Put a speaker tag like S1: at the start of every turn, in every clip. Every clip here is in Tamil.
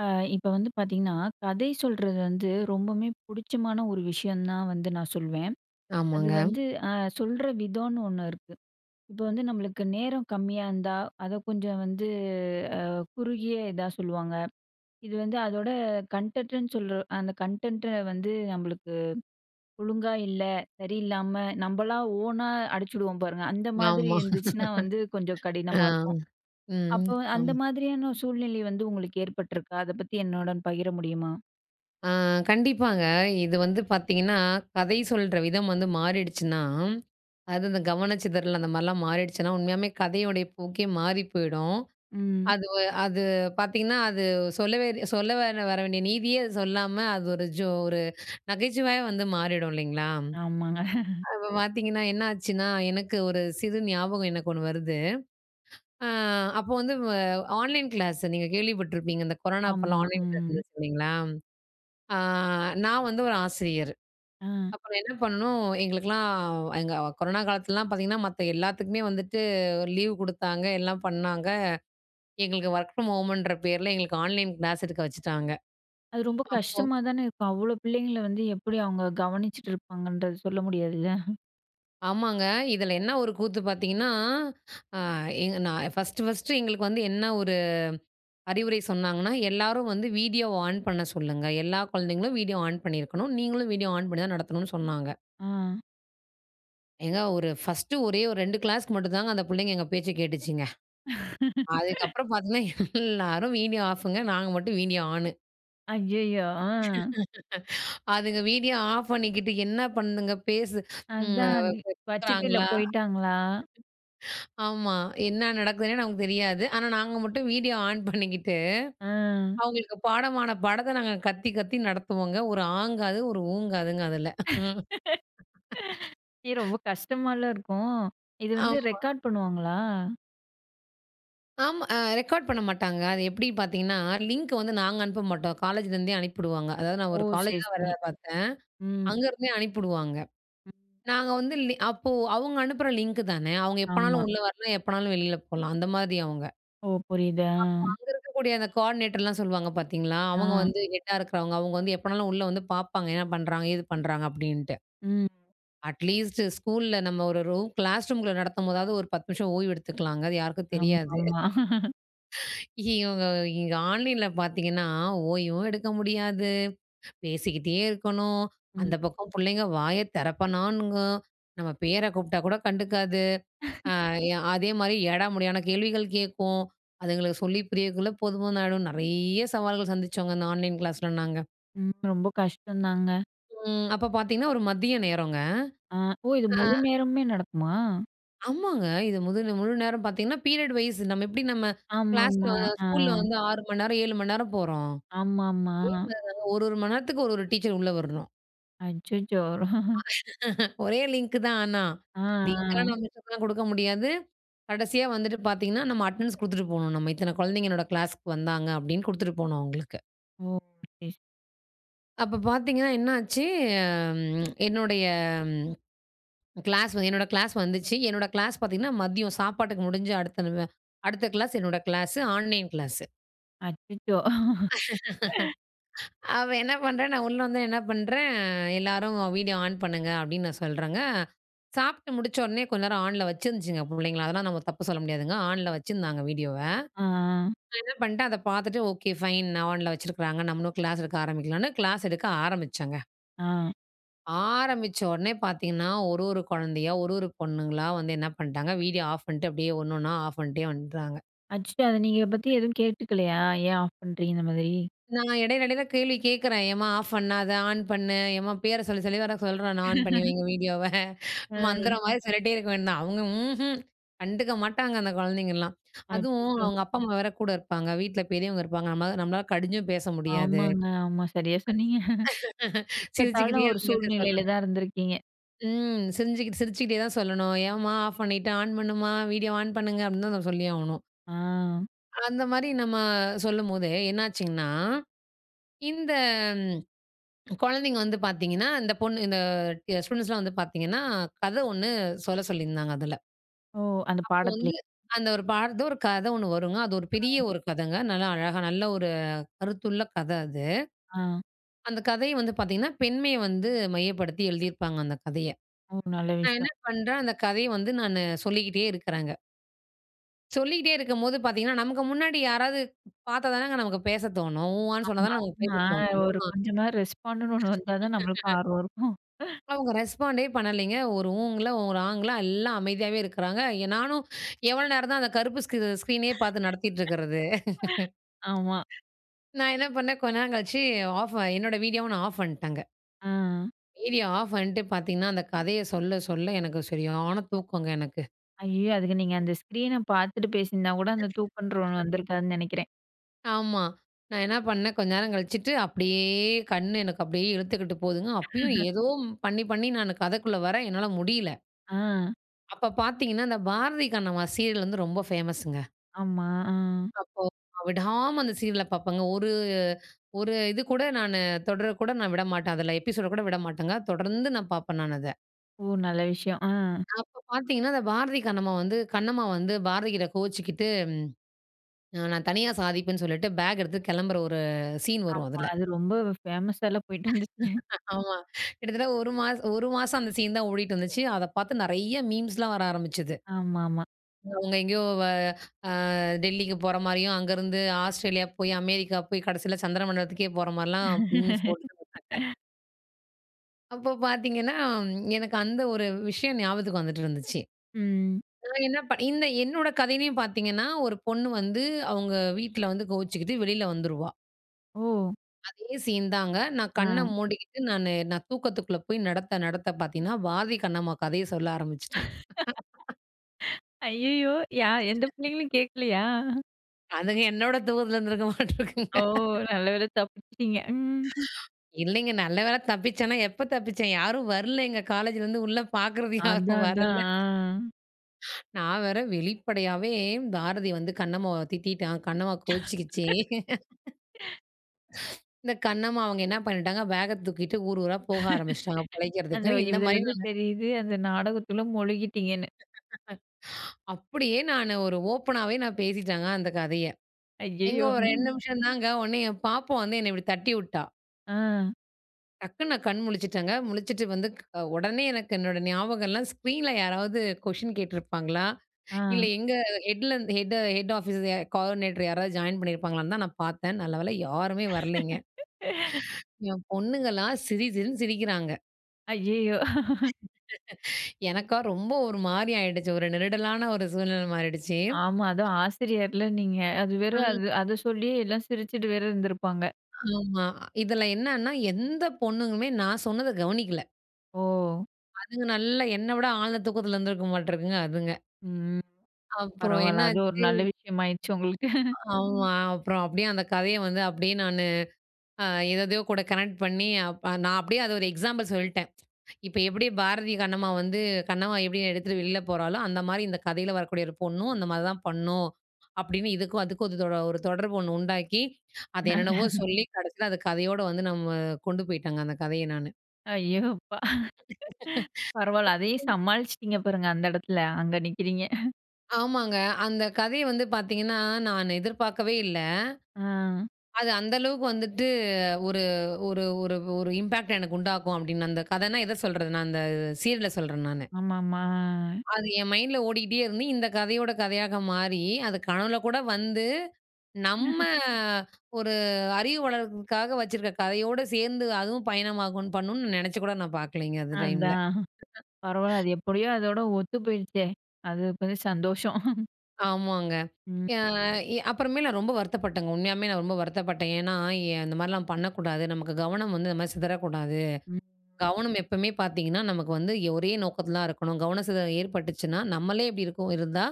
S1: அ இப்ப வந்து பார்த்தீங்கன்னா, கதை சொல்றது வந்து ரொம்பவுமே புடிச்சமான ஒரு விஷயம் தான் வந்து நான் சொல்வேன். அது
S2: ஆமாங்க.
S1: வந்து அ சொல்ற விதம்னு ஒண்ணு இருக்கு. இப்ப வந்து நம்மளுக்கு நேரம் கம்மியா இருந்தா, அத கொஞ்சம் வந்து அ குறுகிய இதா சொல்லுவாங்க. இது வந்து அதோட கன்டென்ட்ன்னு சொல்ற அந்த கன்டென்ட்ட வந்து நம்மளுக்கு ஒழுங்கா இல்ல, சரியில்லாம நம்பளா ஓனா அடிச்சுடுவோம் பாருங்க. அந்த மாதிரி
S2: ஆமா.
S1: இருந்துச்சுன்னா வந்து கொஞ்சம்
S2: ஆ.
S1: கடினமா இருக்கும்.
S2: ம்.
S1: அப்போ அந்த
S2: ஆமா.
S1: மாதிரியான சூழ்நிலை வந்து உங்களுக்கு ஏற்பட்டிருக்கா? அத பத்தி என்னோடன் பகிர முடியுமா?
S2: ஆ கண்டிப்பாங்க. இது வந்து பார்த்தீங்கன்னா, கதை சொல்ற விதம் வந்து மாறிடுச்சுன்னா, அது இந்த கவனச்சிதறல் அந்த மாரிலாம் மாறிடுச்சுன்னா, உண்மையாமே கதையோடைய போக்கே மாறி போயிடும்.
S1: ம்.
S2: அது வ அது பார்த்தீங்கன்னா, அது சொல்லவே சொல்ல வேற வர வேண்டிய நீதியே அது சொல்லாம, அது ஒரு ஒரு நகைச்சுவையா வந்து மாறிடும் இல்லைங்களா?
S1: ஆமாங்க.
S2: அப்ப பார்த்தீங்கன்னா, என்ன ஆச்சுன்னா, எனக்கு ஒரு சிறு ஞாபகம் எனக்கு ஒண்ணு வருது. ஆ அப்போ வந்து வ ஆன்லைன் கிளாஸ் நீங்க கேள்விப்பட்டிருப்பீங்க. இந்த கொரோனா
S1: ஆமா.
S2: அப்பலாம் ஆன்லைன் கிளாஸ்
S1: ம்.
S2: இருந்துச்சு இல்லைங்களா? ஆ நான் வந்து ஒரு ஆசிரியர்.
S1: ஆ.
S2: அப்ப நான் என்ன பண்ணணும், எங்களுக்கெல்லாம் எங்க கொரோனா காலத்துலலாம் பார்த்தீங்கன்னா, மத்த எல்லாத்துக்குமே வந்துட்டு லீவ் குடுத்தாங்க, எல்லாம் பண்ணாங்க. எங்களுக்கு வொர்க் ஃப்ரம் ஹோம்ன்ற பேர்ல எங்களுக்கு ஆன்லைன் கிளாஸ் எடுக்க வச்சுட்டாங்க.
S1: அது ரொம்ப
S2: அப்போ
S1: கஷ்டமா தானே இருக்கும். அவ்ளோ பிள்ளைங்கள வந்து எப்படி அவங்க கவனிச்சுட்டு இருப்பாங்கன்றது சொல்ல முடியாதுல்ல.
S2: ஆமாங்க. இதுல என்ன ஒரு கூத்து பார்த்தீங்கன்னா, ஆ எங்க நான் ஃபர்ஸ்ட்டு, எங்களுக்கு வந்து என்ன ஒரு அறிவுரை சொன்னாங்கன்னா, எல்லாரும் வந்து வீடியோ ஆன் பண்ண சொல்லுங்க. எல்லா குழந்தைங்களும் வீடியோ ஆன் பண்ணியிருக்கணும். நீங்களும் வீடியோ ஆன் பண்ணி தான் நடத்தணும்னு சொன்னாங்க.
S1: ஆ.
S2: ஏங்க ஒரு ஃபர்ஸ்ட்டு ஒரே ஒரு 2 கிளாஸ்க்கு மட்டும் தாங்க அந்த புள்ளைங்க எங்க பேச்ச கேட்டுச்சுங்க. அதுக்கப்புறம் பார்த்தீங்கன்னா, எல்லாரும் வீடியோ ஆஃப்ங்க. நாங்க மட்டும் வீடியோ ஆனு.
S1: ஐயய்யோ! ஆ.
S2: அதுங்க வீடியோ ஆஃப் பண்ணிக்கிட்டு என்ன பண்ணுதுங்க பேசு ம்
S1: அதான் நீ வச்சுட்டுல
S2: றாங்களா?
S1: போயிட்டாங்களா?
S2: ஆமா. என்ன நடக்குதுன்னே நமக்கு தெரியாது. ஆனா நாங்க மட்டும் வீடியோ ஆன் பண்ணிக்கிட்டு,
S1: ஆ.
S2: அவங்களுக்கு பாடமான பாடத்த நாங்க கத்தி கத்தி நடத்துவோங்க. ஒரு ஆங்காது, ஒரு ஊங்காதுங்க அதுல.
S1: ஏ ரொம்ப கஷ்டமால இருக்கும். இது வந்து ரெக்கார்ட் பண்ணுவாங்களா?
S2: ஆமா. ரெக்கார்ட் பண்ண மாட்டாங்க. அது எப்படி பார்த்தீங்கன்னா, லிங்க் வந்து நாங்க அனுப்ப மாட்டோம். காலேஜ்லேருந்தே அனுப்பிடுவாங்க. அதாவது நான்
S1: ஓ!
S2: ஒரு
S1: சரி,
S2: காலேஜ் தான் வேலை
S1: சரி.
S2: பார்த்தேன்.
S1: ம்.
S2: அங்கருந்தே அனுப்பிடுவாங்க.
S1: ம்.
S2: நாங்க வந்து லி அப்போ அவங்க அனுப்புற லிங்க் தானே. அவங்க
S1: ஆமா.
S2: எப்பனாலும் உள்ள வரலாம், எப்பனாலும் வெளியில போலாம். அந்த மாதிரி அவங்க.
S1: ஓ! புரியுது. ஆ.
S2: அங்க இருக்கக்கூடிய அந்த கோஆர்டினேட்டர்லாம் சொல்லுவாங்க பார்த்தீங்களா, அவங்க
S1: ஆ.
S2: வந்து ஹெட்டா இருக்கிறவங்க. அவங்க வந்து எப்பனாலும் உள்ள வந்து பார்ப்பாங்க. என்ன பண்றாங்க, ஏது பண்றாங்க அப்படின்ட்டு.
S1: ம்.
S2: அட்லீஸ்ட் ஸ்கூல்ல நம்ம ஒரு ரூம் கிளாஸ் ரூம்குள்ள நடத்தும்போதாவது ஒரு 10 நிமிஷம் ஓய்வு எடுத்துக்கலாங்க. அது யாருக்கும்
S1: ஆமா,
S2: தெரியாது.
S1: ஆமா.
S2: இவங்க இங்க ஆன்லைன்ல பார்த்தீங்கன்னா, ஓய்வும் எடுக்க முடியாது. பேசிக்கிட்டே இருக்கணும்.
S1: ம்.
S2: அந்த பக்கம் புள்ளைங்க வாய தெறப்பனான்னுங்கும். நம்ம பேர கூப்பிட்டா கூட கண்டுக்காது. அ அதே மாரி ஏடா முடியான கேள்விகள் கேட்கும். அதுங்களுக்கு சொல்லி புரியக்குள்ள போதுமான ஆயிடும். நெறைய சவால்கள் சந்திச்சோங்க இந்த ஆன்லைன் கிளாஸ்ல நாங்க.
S1: ம். ரொம்ப கஷ்டம் தாங்க.
S2: ம். அப்ப பார்த்தீங்கன்னா, ஒரு மதிய நேரங்க.
S1: ஆ. ஓ! இது முழு நேரமுமே நடக்குமா?
S2: ஆமாங்க. இது முழு நேரம் பார்த்தீங்கன்னா, பீரியட் வைஸ் நம்ம எப்படி நம்ம கிளாஸ்ல
S1: ஆமாமா. ஆ.
S2: ஸ்கூல்ல வந்து 6 மணி நேரம், 7 மணி நேரம் போறோம்.
S1: ஆமாமா.
S2: அதே மாரி தாங்க ஒரு ஒரு மணி நேரத்துக்கு ஒரு ஒரு டீச்சர் உள்ள வரணும்.
S1: அச்சச்சோ!
S2: ஒரே லிங்க் தான் ஆனா.
S1: ஆ,
S2: லிங்க்லாம் நம்ம
S1: ஆ.
S2: இஷ்டத்துக்குலாம் குடுக்க முடியாது. கடைசியா வந்துட்டு பார்த்தீங்கன்னா, நம்ம அட்டெண்டன்ஸ் குடுத்துட்டு போணும். நம்ம இத்தன குழந்தைங்க என்னோட கிளாஸ்க்கு வந்தாங்க அப்படின்னு குடுத்துட்டு போணும் அவங்களுக்கு.
S1: ஓ! சரி, சரி.
S2: அப்ப பார்த்தீங்கன்னா என்ன ஆச்சு, ம் என்னுடைய ம் கிளாஸ் வந்து என்னோட கிளாஸ் வந்துச்சு. என்னோட கிளாஸ் பார்த்தீங்கன்னா, மதியம் சாப்பாட்டுக்கு முடிஞ்சு அடுத்த கிளாஸ் என்னோட கிளாஸு ஆன்லைன் கிளாஸு.
S1: அச்சச்சோ!
S2: அவன் என்ன பண்றான், நான் உள்ள வந்தோனே என்ன பண்றேன், எல்லாரும் வீடியோ ஆன் பண்ணுங்க அப்படின்னு நான் சொல்றேங்க. சாப்பிட்டு முடிச்ச உடனே கொஞ்ச நேரம் ஆன்ல வச்சிருந்துச்சுங்க புள்ளைங்கள. அதெல்லாம் நம்ம தப்பு சொல்ல முடியாதுங்க. ஆன்ல வச்சிருந்தாங்க வீடியோவ.
S1: ஆ, ஆ,
S2: நான் என்ன பண்ணிட்டேன், அத பார்த்துட்டு ஓகே ஃபைன் ஆன்ல வச்சிருக்காங்க. நம்மளும் கிளாஸ் எடுக்க ஆரம்பிக்கலாம்ன்னு கிளாஸ் எடுக்க ஆரம்பிச்சேங்க.
S1: ஆ.
S2: ஆரம்பிச்ச உடனே பார்த்தீங்கன்னா, ஒரு ஒரு குழந்தையா, ஒரு ஒரு பொண்ணுங்களா வந்து என்ன பண்ணிட்டாங்க, வீடியோ ஆஃப் பண்ணிட்டு அப்படியே ஒண்ணு ஒண்ணா ஆஃப் பண்ணிட்டே வந்துட்டாங்க.
S1: அச்சச்சோ! அத நீங்க பத்தி எதுவும் கேட்டுக்கலையா? ஏன் ஆஃப் பண்றீங்க இந்த மாதிரி?
S2: நான் இடையில இடையில கேள்வி கேட்கிறேன். "ஏம்மா ஆஃப் பண்ணாத, ஆன் பண்ணு. ஏம்மா பேர சொல்லி சொல்லி வேற சொல்றேன் நான் ஆன் பண்ணி வைங்க வீடியோவ."
S1: ஆ.
S2: மந்திரம் மாரி சொல்லிட்டே இருக்க வேண்டியதுதான். அவங்க ம்ஹ்ம். கண்டுக்க மாட்டாங்க அந்த குழந்தைங்கலாம். அதுவும்
S1: அச்சச்சோ!
S2: அவங்க அப்பா, அம்மா வேற கூட இருப்பாங்க. வீட்ல பெரியவங்க இருப்பாங்க. நம்மளால கடிஞ்சும் பேச முடியாது.
S1: ஆமாங்க. ஆமா. சரியா சொன்னீங்க. இக்கட்டான
S2: சிரிச்சுக்கிட்டே
S1: ஒரு
S2: அவங்கள்ட்ட
S1: சூழ்நிலையில
S2: சொல்லணும்.
S1: தான் இருந்திருக்கீங்க.
S2: ம். சிரிச்சுக்கிட்டே தான் சொல்லணும். "ஏம்மா ஆஃப் பண்ணிட்டு ஆன் பண்ணும்மா. வீடியோ ஆன் பண்ணுங்க." அப்படின்னு தான் நம்ம சொல்லி ஆகணும்.
S1: ஆ.
S2: அந்த மாரி நம்ம சொல்லும்போது என்னாச்சுங்கன்னா, இந்த குழந்தைங்க வந்து பார்த்தீங்கன்னா, இந்த பொண்ணு இந்த ஸ்டூடண்ட்ஸ்லாம் வந்து பார்த்தீங்கன்னா, கதை ஒண்ணு சொல்ல சொல்லியிருந்தாங்க அதுல.
S1: ஓ! அந்த
S2: அப்போ
S1: பாடத்திலே.
S2: வந்து அந்த ஒரு பாடத்து ஒரு கதை ஒண்ணு வருங்க. அது ஒரு பெரிய ஒரு கதைங்க. நல்லா அழகா நல்ல ஒரு கருத்துள்ள கதை அது.
S1: ஆ.
S2: அந்த கதைய வந்து பார்த்தீங்கன்னா, பெண்மைய வந்து மையப்படுத்தி எழுதியிருப்பாங்க அந்த கதைய.
S1: ஓ! நல்ல
S2: நான் என்ன
S1: விஷயம்.
S2: பண்றேன், அந்த கதைய வந்து நானு சொல்லிக்கிட்டே இருக்கிறேங்க. சொல்லிக்கிட்டே இருக்கும்போது பார்த்தீங்கன்னா, நமக்கு முன்னாடி யாராவது பார்த்தா தானங்க நமக்கு பேச தோணும். ஊவான்னு சொன்னா
S1: ஆமா,
S2: தானே நமக்கு பேச
S1: ஆமா.
S2: தோணும்.
S1: ஒரு கொஞ்சமா ரெஸ்பாண்டுன்னு ஒண்ணு வந்தா தான் நம்மளுக்கும் ஆர்வம் இருக்கும்.
S2: அவங்க ரெஸ்பாண்டே பண்ணலைங்க. ஒரு ஊங்களா, ஒரு ஆங்களா எல்லாம் அமைதியாவே இருக்கிறாங்க. நானும் எவ்வளோ நேரம் தான் அந்த கருப்பு ஸ்க்ரீனே பார்த்து நடத்திட்டு இருக்கிறது.
S1: ஆமா.
S2: நான் என்ன பண்ணேன், கொஞ்ச நேரம் கழிச்சு என்னோட வீடியோவ நான் ஆஃப் பண்ணிட்டேங்க.
S1: ஆ.
S2: வீடியோ ஆஃப் பண்ணிட்டு பார்த்தீங்கன்னா, அந்த கதைய சொல்ல சொல்ல எனக்கு சரியான தூக்கங்க எனக்கு.
S1: ஐயயோ! அதுக்கு நீங்க அந்த ஸ்க்ரீன பார்த்துட்டு பேசியிருந்தா கூட, அந்த தூக்கன்ற ஒண்ணு வந்திருக்காதுன்னு நெனைக்கிறேன்.
S2: ஆமா. நான் என்ன பண்ணேன், கொஞ்ச நேரம் கழிச்சுட்டு அப்படியே கண்ணு எனக்கு அப்படியே இழுத்துக்கிட்டு போகுதுங்க. அப்பயும் ஏதோ பண்ணி பண்ணி நான் கதைக்குள்ள வரேன். என்னால முடியல.
S1: ஆ.
S2: அப்ப பார்த்தீங்கன்னா, இந்த பாரதி கண்ணம்மா சீரியல் வந்து ரொம்ப ஃபேமஸ்ங்க.
S1: ஆமா. ஆ.
S2: பார்ப்போம். விடாம அந்த சீரியல பார்ப்பேங்க. ஒரு ஒரு இது கூட நானு தொடர கூட நான் விட மாட்டேன். அதுல எபிசோட கூட விட மாட்டேங்க. தொடர்ந்து நான் பார்ப்பேன் நான் அத.
S1: ஓ! நல்ல விஷயம். ஆ.
S2: அப்ப பார்த்தீங்கன்னா, அந்த பாரதி கண்ணம்மா வந்து கண்ணம்மா வந்து பாரதி கிட்ட கோவிச்சுக்கிட்டு, நான் தனியா சாதிப்பேன்னு சொல்லிட்டு பேக் எடுத்து கிளம்புற ஒரு சீன் வரும் அதுல.
S1: அது ரொம்ப ஃபேமஸாலாம் போயிட்டு இருந்துச்சு.
S2: ஆமா. கிட்டத்தட்ட 1 மாசம் 1 மாசம் அந்த சீன் தான் ஓடிட்டு இருந்துச்சு. அத பார்த்து நெறைய மீம்ஸ்லாம் வர ஆரம்பிச்சது.
S1: ஆமாமா.
S2: அவங்க எங்கேயோ வ அ டெல்லிக்கு போற மாரியும், அங்கருந்து ஆஸ்திரேலியா போய், அமெரிக்கா போய், கடைசியில சந்திர மண்டலத்துக்கே போற மாரிலாம் மீம்ஸ் போட்டு அப்போ பார்த்தீங்கன்னா, எனக்கு அந்த ஒரு விஷயம் ஞாபகத்துக்கு வந்துட்டு இருந்துச்சு.
S1: ம்.
S2: நான் என்ன ப இந்த என்னோட கதையிலயும் பார்த்தீங்கன்னா, ஒரு பொண்ணு வந்து அவங்க வீட்ல வந்து கோவிச்சுக்கிட்டு வெளில வந்துருவா.
S1: ஓ!
S2: அதே சீன் தாங்க. நான்
S1: ஆ.
S2: கண்ண மூடிக்கிட்டு நான் தூக்கத்துக்குள்ள போய் நடத்த நடத்த பார்த்தீங்கன்னா, பாரதி கண்ணம்மா கதைய சொல்ல ஆரம்பிச்சுட்டேன்.
S1: ஐயயோ! எந்த பிள்ளைங்களும் கேட்கலையா?
S2: அதுங்க என்னோட தூக்கத்துல இருந்திருக்க மாட்டிருக்குங்க.
S1: ஓ! நல்ல வேள தப்பிச்சுட்டீங்க. ம்.
S2: இல்லைங்க. நல்ல வேளை தப்பிச்சேன்னா, எப்ப தப்பிச்சேன்? யாரும் வரல எங்க காலேஜ்லேருந்து உள்ள பார்க்குறது யாரும்
S1: அதான், அதான்.
S2: வரல.
S1: ஆ.
S2: நான் வேற வெளிப்படையாவே பாரதி வந்து கண்ணம்மாவ திட்டிட்டான். கண்ணம்மா கோவிச்சுக்கிச்சு. இந்த கண்ணம்மா அவங்க என்ன பண்ணிட்டாங்க, பேக்க தூக்கிட்டு ஊர் ஊரா போக ஆரம்பிச்சுட்டாங்க
S1: அந்த
S2: பொழைக்கிறதுக்குன்னு. இந்த மாரி
S1: இதுலருந்து
S2: நான்
S1: தெரியுது, அந்த நாடகத்துள்ள முழுகிட்டீங்கன்னு.
S2: அப்படியே நானு ஒரு ஓப்பனாவே நான் பேசிட்டேங்க அந்த கதைய. எங்க
S1: ஐயயோ!
S2: ஒரு
S1: ம்.
S2: 2 நிமிஷம் தாங்க. உடனே என் பாப்பா வந்து என்ன இப்படி தட்டி விட்டா.
S1: ஆ.
S2: டக்குன்னு நான் கண் முழிச்சுட்டேங்க. முழிச்சுட்டு வந்து உடனே எனக்கு என்னோட ஞாபகம்லாம் ஸ்க்ரீன்ல யாராவது கொஸ்டின் கேட்டிருப்பாங்களா?
S1: ஆ.
S2: இல்ல எங்க ஹெட் ஆஃபீஸ் கோஆர்டினேட்டர் யாராவது ஜாயின் பண்ணியிருப்பாங்களான்னு தான் நான் பார்த்தேன். நல்ல வேளை யாருமே வரலைங்க. என் பொண்ணுங்கலாம் சிரின்னு சிரிக்கிறாங்க.
S1: ஐயயோ!
S2: எனக்கா ரொம்ப ஒரு மாரி ஆயிடுச்சு. ஒரு நெருடலான ஒரு சூழ்நிலை மாறிடுச்சு.
S1: ஆமா. அதுவும் ஆசிரியர்ல நீங்க. அது வேற
S2: ஆ.
S1: அது அத சொல்லியே எல்லாம் சிரிச்சுட்டு வேற இருந்திருப்பாங்க.
S2: ஆமா. இதுல என்னன்னா, எந்த பொண்ணுங்களுமே நான் சொன்னத கவனிக்கல.
S1: ஓ!
S2: அதுங்க நல்லா என்ன விட ஆழ்ந்த தூக்கத்துல இருந்திருக்க மாட்டிருக்குங்க அதுங்க.
S1: ம்.
S2: அப்புறம்
S1: பரவால்ல. அது ஒரு
S2: என்னாச்சு
S1: நல்ல விஷயமாயிடுச்சு உங்களுக்கு.
S2: ஆமா. அப்புறம் அப்படியே அந்த கதைய வந்து அப்படியே நானு அ எதேதோ கூட கனெக்ட் பண்ணி, நான் அப்படியே அத ஒரு எக்ஸாம்பிள் சொல்ட்டேன். இப்ப எப்படி பாரதி கண்ணம்மா வந்து கண்ணம்மா எப்படி எடுத்துட்டு வெளியில போறாளோ, அந்த மாரி இந்த கதையில வரக்கூடிய ஒரு பொண்ணும் அந்த மாரி தான் பண்ணும். அப்படின்னு இதுக்கும் அதுக்கும் ஒரு தொடர்பு ஒண்ணு உண்டாக்கி, அது என்னென்னவோ சொல்லி கடைசியில அது கதையோட வந்து நம்ம கொண்டு போயிட்டேங்க அந்த கதைய நானு.
S1: ஐயோ! அப்பா! பரவால்ல. அதையும் சமாளிச்சுட்டீங்க பாருங்க அந்த இடத்துல. அங்க நிக்கிறீங்க.
S2: ஆமாங்க. அந்த கதைய வந்து பார்த்தீங்கன்னா, நான் எதிர்பார்க்கவே இல்ல.
S1: ஆ.
S2: அது அந்த அளவுக்கு வந்துட்டு ஒரு ஒரு ஒரு ஒரு இம்பாக்ட் எனக்கு உண்டாக்கும் அப்படின்னு அந்த கதைன்னா எத சொல்றது? நான் அந்த சீரியல சொல்றேன் நானு.
S1: ஆமாமா.
S2: அது என் மைண்ட்ல ஓடிக்கிட்டே இருந்து, இந்த கதையோட கதையாக மாறி, அது கனவுல கூட வந்து, நம்ம ஒரு அறிவு வளர்றதுக்காக வச்சிருக்க கதையோட சேர்ந்து அதுவும் பயணமாகும் பண்ணும்னு நினைச்சு கூட நான் பார்க்கலைங்க அந்த
S1: ஆ.
S2: டைம்ல.
S1: அதான். பரவால்ல. அது எப்படியோ அதோட ஒத்து போயிடுச்சே. அது கொஞ்சம் சந்தோஷம்.
S2: ஆமாங்க.
S1: ம்.
S2: அ எ அப்புறமே நான் ரொம்ப வருத்தப்பட்டேங்க. உண்மையாலுமே நான் ரொம்ப வருத்தப்பட்டேன். ஏன்னா, அந்த மாரிலாம் பண்ணக்கூடாது. நமக்கு கவனம் வந்து இந்த மாரி சிதறக்கூடாது.
S1: ம்.
S2: கவனம் எப்பவுமே பார்த்தீங்கன்னா, நமக்கு வந்து ஒரே நோக்கத்துல தான் இருக்கணும். கவன சிதறல் ஏற்பட்டுச்சுன்னா, நம்மளே எப்படி இருக்கோம் இருந்தா,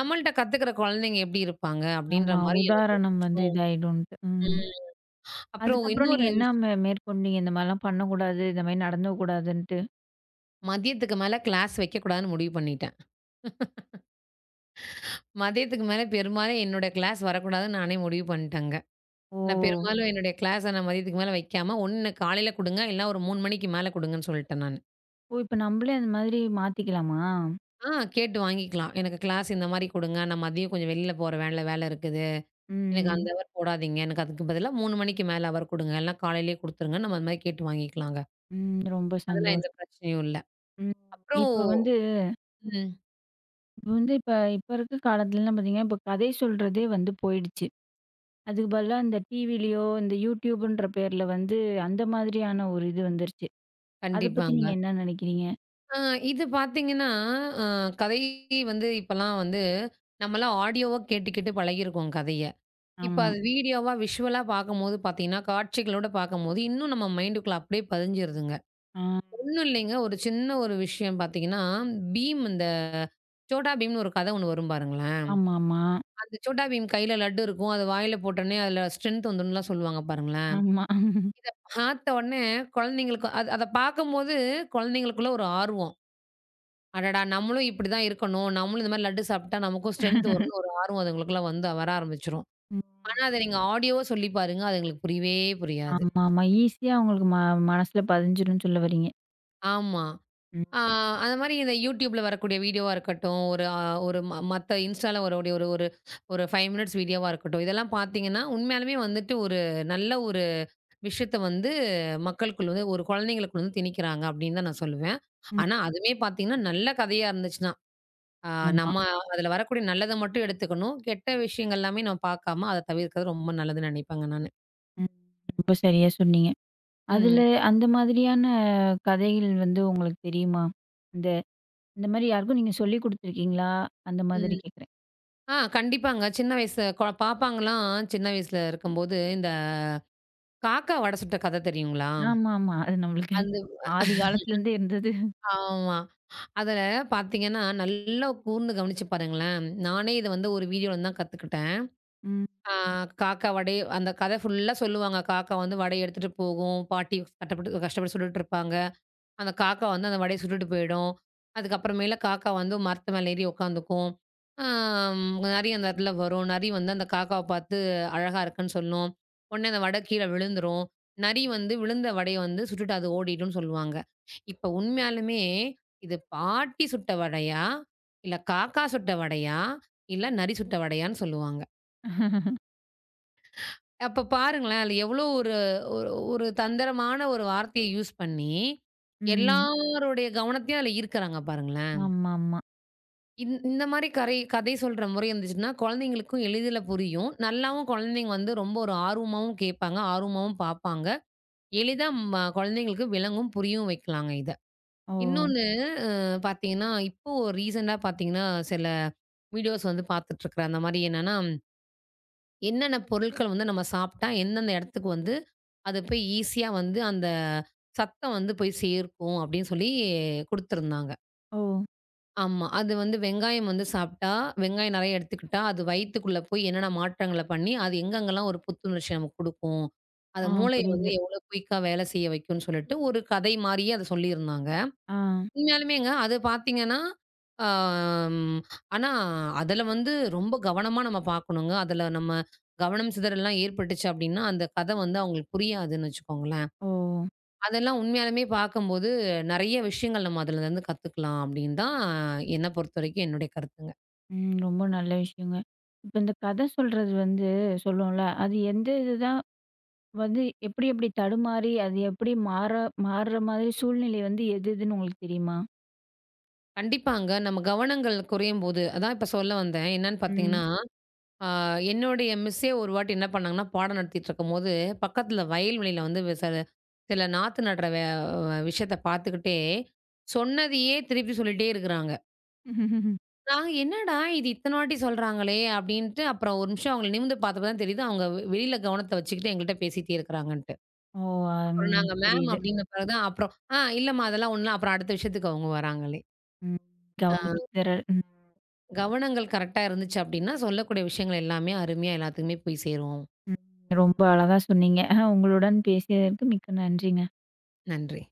S2: நம்மள்ட்ட கத்துக்கிற குழந்தைங்க எப்படி இருப்பாங்க? அப்படின்ற
S1: ஆமா.
S2: மாரி எனக்கு ஒரு
S1: உதாரணம் வந்து
S2: விஷயம்.
S1: இதாயிடும்ன்ட்டு. ம்.
S2: ம். அப்புறம்
S1: அதுக்கப்புறம் நீங்க
S2: இன்னொரு
S1: என்ன
S2: விஷ்
S1: மேற்கொண்டீங்க? இந்த மாரிலாம் பண்ணக்கூடாது. இந்த மாரி நடந்துக்க கூடாதுன்ட்டு.
S2: மதியத்துக்கு மேல கிளாஸ் வைக்கக்கூடாதுன்னு முடிவு பண்ணிட்டேன். மதியத்துக்கு மேல பெரும்பாலும் என்னோட கிளாஸ் வரக்கூடாதுன்னு நானே முடிவு பண்ணிட்டேங்க. நான்
S1: ஓ!
S2: பெரும்பாலும் என்னுடைய கிளாஸ நான் மதியத்துக்கு மேல வைக்காம, ஒண்ணு காலையில குடுங்க, இல்ல ஒரு 3 மணிக்கு மேல குடுங்கன்னு சொல்லிட்டேன் நானு.
S1: ஓ! இப்ப நம்மளே அந்த மாதிரி மாத்திக்கலாமா?
S2: ஆ கேட்டு வாங்கிக்கலாம். எனக்கு கிளாஸ் இந்த மாரி குடுங்க. நான் மதியம் கொஞ்சம் வெளியில போற வேலை இருக்குது. எனக்கு அந்த
S1: ம்.
S2: ஹவர் போடாதீங்க. எனக்கு அதுக்கு பதிலா 3 மணிக்கு மேல ஹவர் குடுங்க. இல்லன்னா காலையிலயே குடுத்துருங்க. நம்ம அது மாரி கேட்டு வாங்கிக்கலாங்க.
S1: ம். ரொம்ப
S2: அதெல்லாம் எந்த
S1: சந்தோஷம்.
S2: பிரச்சனையும் இல்ல.
S1: ம்.
S2: அப்புறம்
S1: இப்ப வந்து
S2: ம்.
S1: இப்ப வந்து இப்ப இப்ப இருக்க காலத்துலலாம் பார்த்தீங்கன்னா, இப்ப கதை சொல்றதே வந்து போயிடுச்சு. அதுக்கு பதிலா இந்த டிவிலயோ, இந்த YouTubeன்ற பேர்ல வந்து அந்த மாதிரியான ஒரு இது வந்துருச்சு. அத பத்தி நீங்க
S2: கண்டிப்பாங்க.
S1: என்ன நினைக்கிறீங்க?
S2: ஆ இது பார்த்தீங்கன்னா, அ கதை வந்து இப்பலாம் வந்து நம்மலாம் ஆடியோவா கேட்டு கேட்டு பழகியிருக்கோம் கதைய. இப்ப
S1: ஆமா.
S2: அது வீடியோவா, விஷுவலா பார்க்கும்போது பார்த்தீங்கன்னா, காட்சிகளோட பார்க்கும்போது இன்னும் நம்ம மைண்டுக்குள்ள அப்படியே பதிஞ்சிருதுங்க.
S1: ஆ.
S2: ஒண்ணும் இல்லைங்க. ஒரு சின்ன ஒரு விஷயம் பார்த்தீங்கன்னா, பீம் இந்த சோட்டா பீம்னு ஒரு கதை ஒண்ணு வரும் பாருங்களேன்.
S1: ஆமாமா.
S2: அந்த சோட்டா பீம் கையில லட்டு இருக்கும். அது வாயில போட்டோனே அதில ஸ்ட்ரென்த் வந்துடும்லாம் சொல்லுவாங்க பாருங்களேன்.
S1: ஆமா.
S2: இத பார்த்த உடனே குழந்தைங்களுக்கு அது அத பார்க்கும்போது குழந்தைங்களுக்குள்ள ஒரு ஆர்வம். அடடா! நம்மளும் இப்படிதான் இருக்கணும். நம்மளும் இந்த மாரி லட்டு சாப்பிட்டா நமக்கும் ஸ்ட்ரென்த் வரும்னு ஒரு ஆர்வம் அதுங்களுக்குலாம் வந்து வர ஆரம்பிச்சுரும்.
S1: ம்.
S2: ஆனா, அத நீங்க ஆடியோவா சொல்லி பாருங்க. அது எங்களுக்கு புரியவே புரியாது.
S1: ஆமாமா. ஈஸியா அவங்களுக்கு மனசுல பதிஞ்சிரும்னு சொல்ல வர்றீங்க.
S2: ஆமா.
S1: ம்.
S2: ஆ அந்த மாரி இந்த YouTubeல வரக்கூடிய வீடியோவா இருக்கட்டும், ஒரு அ ஒரு ம மத்த இன்ஸ்டால வரக்கூடிய ஒரு ஒரு ஒரு 5 மினிட்ஸ் வீடியோவா இருக்கட்டும். இதெல்லாம் பார்த்தீங்கன்னா, உண்மையாலுமே வந்துட்டு ஒரு நல்ல ஒரு விஷயத்த வந்து மக்களுக்குள்ள வந்து ஒரு குழந்தைங்களுக்குள்ள வந்து திணிக்கிறாங்க அப்படின்னு தான் நான் சொல்லுவேன்.
S1: ம்.
S2: ஆனா, அதுவுமே பார்த்தீங்கன்னா, நல்ல கதையா இருந்துச்சுன்னா ஆ
S1: ஆமா.
S2: நம்ம அதுல வரக்கூடிய நல்லத மட்டும் எடுத்துக்கணும். கெட்ட விஷயங்கள் எல்லாமே நம்ம பார்க்காம, அத தவிர்க்கிறது ரொம்ப நல்லதுன்னு நினைப்பேங்க நானு.
S1: ம். ரொம்ப சரியா சொன்னீங்க. அதுல
S2: ம்.
S1: அந்த மாதிரியான கதைகள் வந்து உங்களுக்கு தெரியுமா? இந்த இந்த மாரி யாருக்கும் நீங்க சொல்லிக் குடுத்துருக்கீங்களா? அந்த மாதிரி
S2: ம்.
S1: கேட்கிறேன்.
S2: கண்டிப்பாங்க. சின்ன வயசு பாப்பாங்கலாம் சின்ன வயசுல இருக்கும்போது, இந்த காக்கா வடை சுட்ட கதை தெரியுங்களா?
S1: ஆமாமா. அது நம்மளுக்கு
S2: அந்த
S1: ஆதி காலத்துலருந்தே இருந்தது.
S2: ஆமா. அதுல பார்த்தீங்கன்னா, நல்லா கூர்ந்து கவனிச்சு பாருங்களேன். நானே இத வந்து ஒரு வீடியோலருந்து தான் கத்துக்கிட்டேன்.
S1: ம்.
S2: ஆ காக்கா வடை அந்த கதை ஃபுல்லா சொல்லுவாங்க. காக்கா வந்து வடைய எடுத்துட்டு போகும். பாட்டி கட்டப்பட்டு கஷ்டப்பட்டு சுட்டுட்டு இருப்பாங்க. அந்த காக்கா வந்து அந்த வடைய சுட்டுட்டு போயிடும். அதுக்கப்புறமேல காக்கா வந்து மரத்து மேல ஏறி உட்காந்துக்கும். ஆம், நரி அந்த இடத்துல வரும். நரி வந்து அந்த காக்காவ பார்த்து அழகா இருக்குன்னு சொல்லும். உடனே அந்த வடை கீழ விழுந்துரும். நரி வந்து விழுந்த வடைய வந்து சுட்டுட்டு அது ஓடிடும்னு சொல்லுவாங்க. இப்ப உண்மையாலுமே இது பாட்டி சுட்ட வடையா? இல்ல காக்கா சுட்ட வடையா? இல்ல நரி சுட்ட வடையான்னு சொல்லுவாங்க. அப்ப பாருங்களேன். அதுல எவ்ளோ ஒரு ஒரு ஒரு தந்திரமான ஒரு வார்த்தைய யூஸ் பண்ணி,
S1: ம்.
S2: எல்லாருடைய கவனத்தையும் அதுல ஈர்க்கறாங்க பாருங்களேன்.
S1: ஆமாமா.
S2: இந்த மாரி கதை சொல்ற முறை இருந்துச்சுன்னா, குழந்தைங்களுக்கும் எளிதில புரியும். நல்லாவும் குழந்தைங்க வந்து ரொம்ப ஒரு ஆர்வமாவும் கேட்பாங்க, ஆர்வமாவும் பார்ப்பாங்க. எளிதா குழந்தைங்களுக்கு விளங்கும், புரியவும் வைக்கலாங்க இத.
S1: ஓ!
S2: இன்னொன்னு அ பார்த்தீங்கன்னா, இப்போ ரீசென்ட்டா பார்த்தீங்கன்னா, சில வீடியோஸ் வந்து பார்த்துட்டுருக்குறேன். அந்த மாரி என்னன்னா என்னென்ன பொருட்கள் வந்து நம்ம சாப்பிட்டா எந்தெந்த இடத்துக்கு வந்து அது போய் ஈஸியா வந்து அந்த சத்தம் வந்து போய் சேர்க்கும் அப்படின்னு சொல்லி குடுத்துருந்தாங்க.
S1: ஓ!
S2: ஆமா. அது வந்து வெங்காயம் வந்து சாப்பிட்டா, வெங்காயம் நெறைய எடுத்துக்கிட்டா, அது வயித்துக்குள்ள போய் என்னென்ன மாற்றங்கள பண்ணி, அது எங்கெங்கலாம் ஒரு புத்துணர்ச்சி நமக்கு குடுக்கும். அது
S1: ஆ
S2: மூளைய வந்து
S1: புரியுது.
S2: எவ்வளோ குயிக்கா வேலை செய்ய வைக்கும்னு சொல்லிட்டு ஒரு கதை மாரியே அத சொல்லியிருந்தாங்க.
S1: ஆ.
S2: உண்மையாலுமேங்க. அது பார்த்தீங்கன்னா, ஆம் ஆனா அதுல வந்து ரொம்ப கவனமா நம்ம பார்க்கணுங்க. அதுல நம்ம கவனம் சிதறல்லாம் ஏற்பட்டுச்சு அப்டின்னா, அந்த கத வந்து அவங்களுக்கு புரியாதுன்னு வச்சுக்கோங்களேன்.
S1: ஓ!
S2: அதெல்லாம் உண்மையாலுமே பார்க்கும்போது நெறைய விஷயங்கள் நம்ம அதுலருந்து கத்துக்கலாம் அப்டின்னு தான் என்ன பொறுத்தவரைக்கும் என்னுடைய கருத்துங்க.
S1: ம். ரொம்ப நல்ல விஷயங்க. இப்ப இந்த கதை சொல்றது வந்து சொல்லுவோம்ல, அது எந்த இதுதான் வந்து எப்படி எப்படி தடுமாறி, அது எப்படி மாறுற மாதிரி சூழ்நிலை வந்து எது எதுன்னு உங்களுக்கு தெரியுமா?
S2: கண்டிப்பாங்க. நம்ம கவனங்கள் குறையும்போது அதான் இப்ப சொல்ல வந்தேன். என்னன்னு பார்த்தீங்கன்னா ஆ என்னுடைய மிஸ்ஸே ஒரு வாட்டி என்ன பண்ணாங்கன்னா, பாடம் நடத்திட்டு இருக்கும்போது, பக்கத்தில வயல்வெளியில வந்து வே சில சில நாத்து நடுற வே விஷயத்த பார்த்துக்கிட்டே, சொன்னதையே திருப்பி சொல்லிட்டே இருக்கிறாங்க.
S1: ம்.
S2: நாங்க "என்னடா இது இத்தன வாட்டி சொல்றாங்களே!" அப்படின்ட்டு அப்புறம் ஒரு நிமிஷம் அவங்கள நிமிந்து பார்த்தப்ப தான் தெரியுது, அவங்க வெளியில கவனத்த வச்சுக்கிட்டு எங்கள்ட்ட பேசிட்டே இருக்கிறாங்கன்ட்டு.
S1: ஓ! அம்
S2: அப்புறம் நாங்க
S1: புரியுது.
S2: அப்படின்ன பிறகு தான் அப்புறம், "ஆ இல்லம்மா அதெல்லாம் ஒண்ணும் இல்ல." அப்புறம் அடுத்த விஷயத்துக்கு அவங்க வராங்களே.
S1: ம்.
S2: ஆ
S1: கவனம் சிதறல். ம்.
S2: கவனங்கள் கரெக்ட்டா இருந்துச்சு அப்படின்னா, சொல்லக்கூடிய விஷயங்கள் எல்லாமே அருமையா எல்லாத்துக்குமே போய் சேரும்.
S1: ம். ரொம்ப அழகா சொன்னீங்க. உங்களுடன் பேசியதற்கு மிக்க நன்றிங்க.
S2: நன்றி.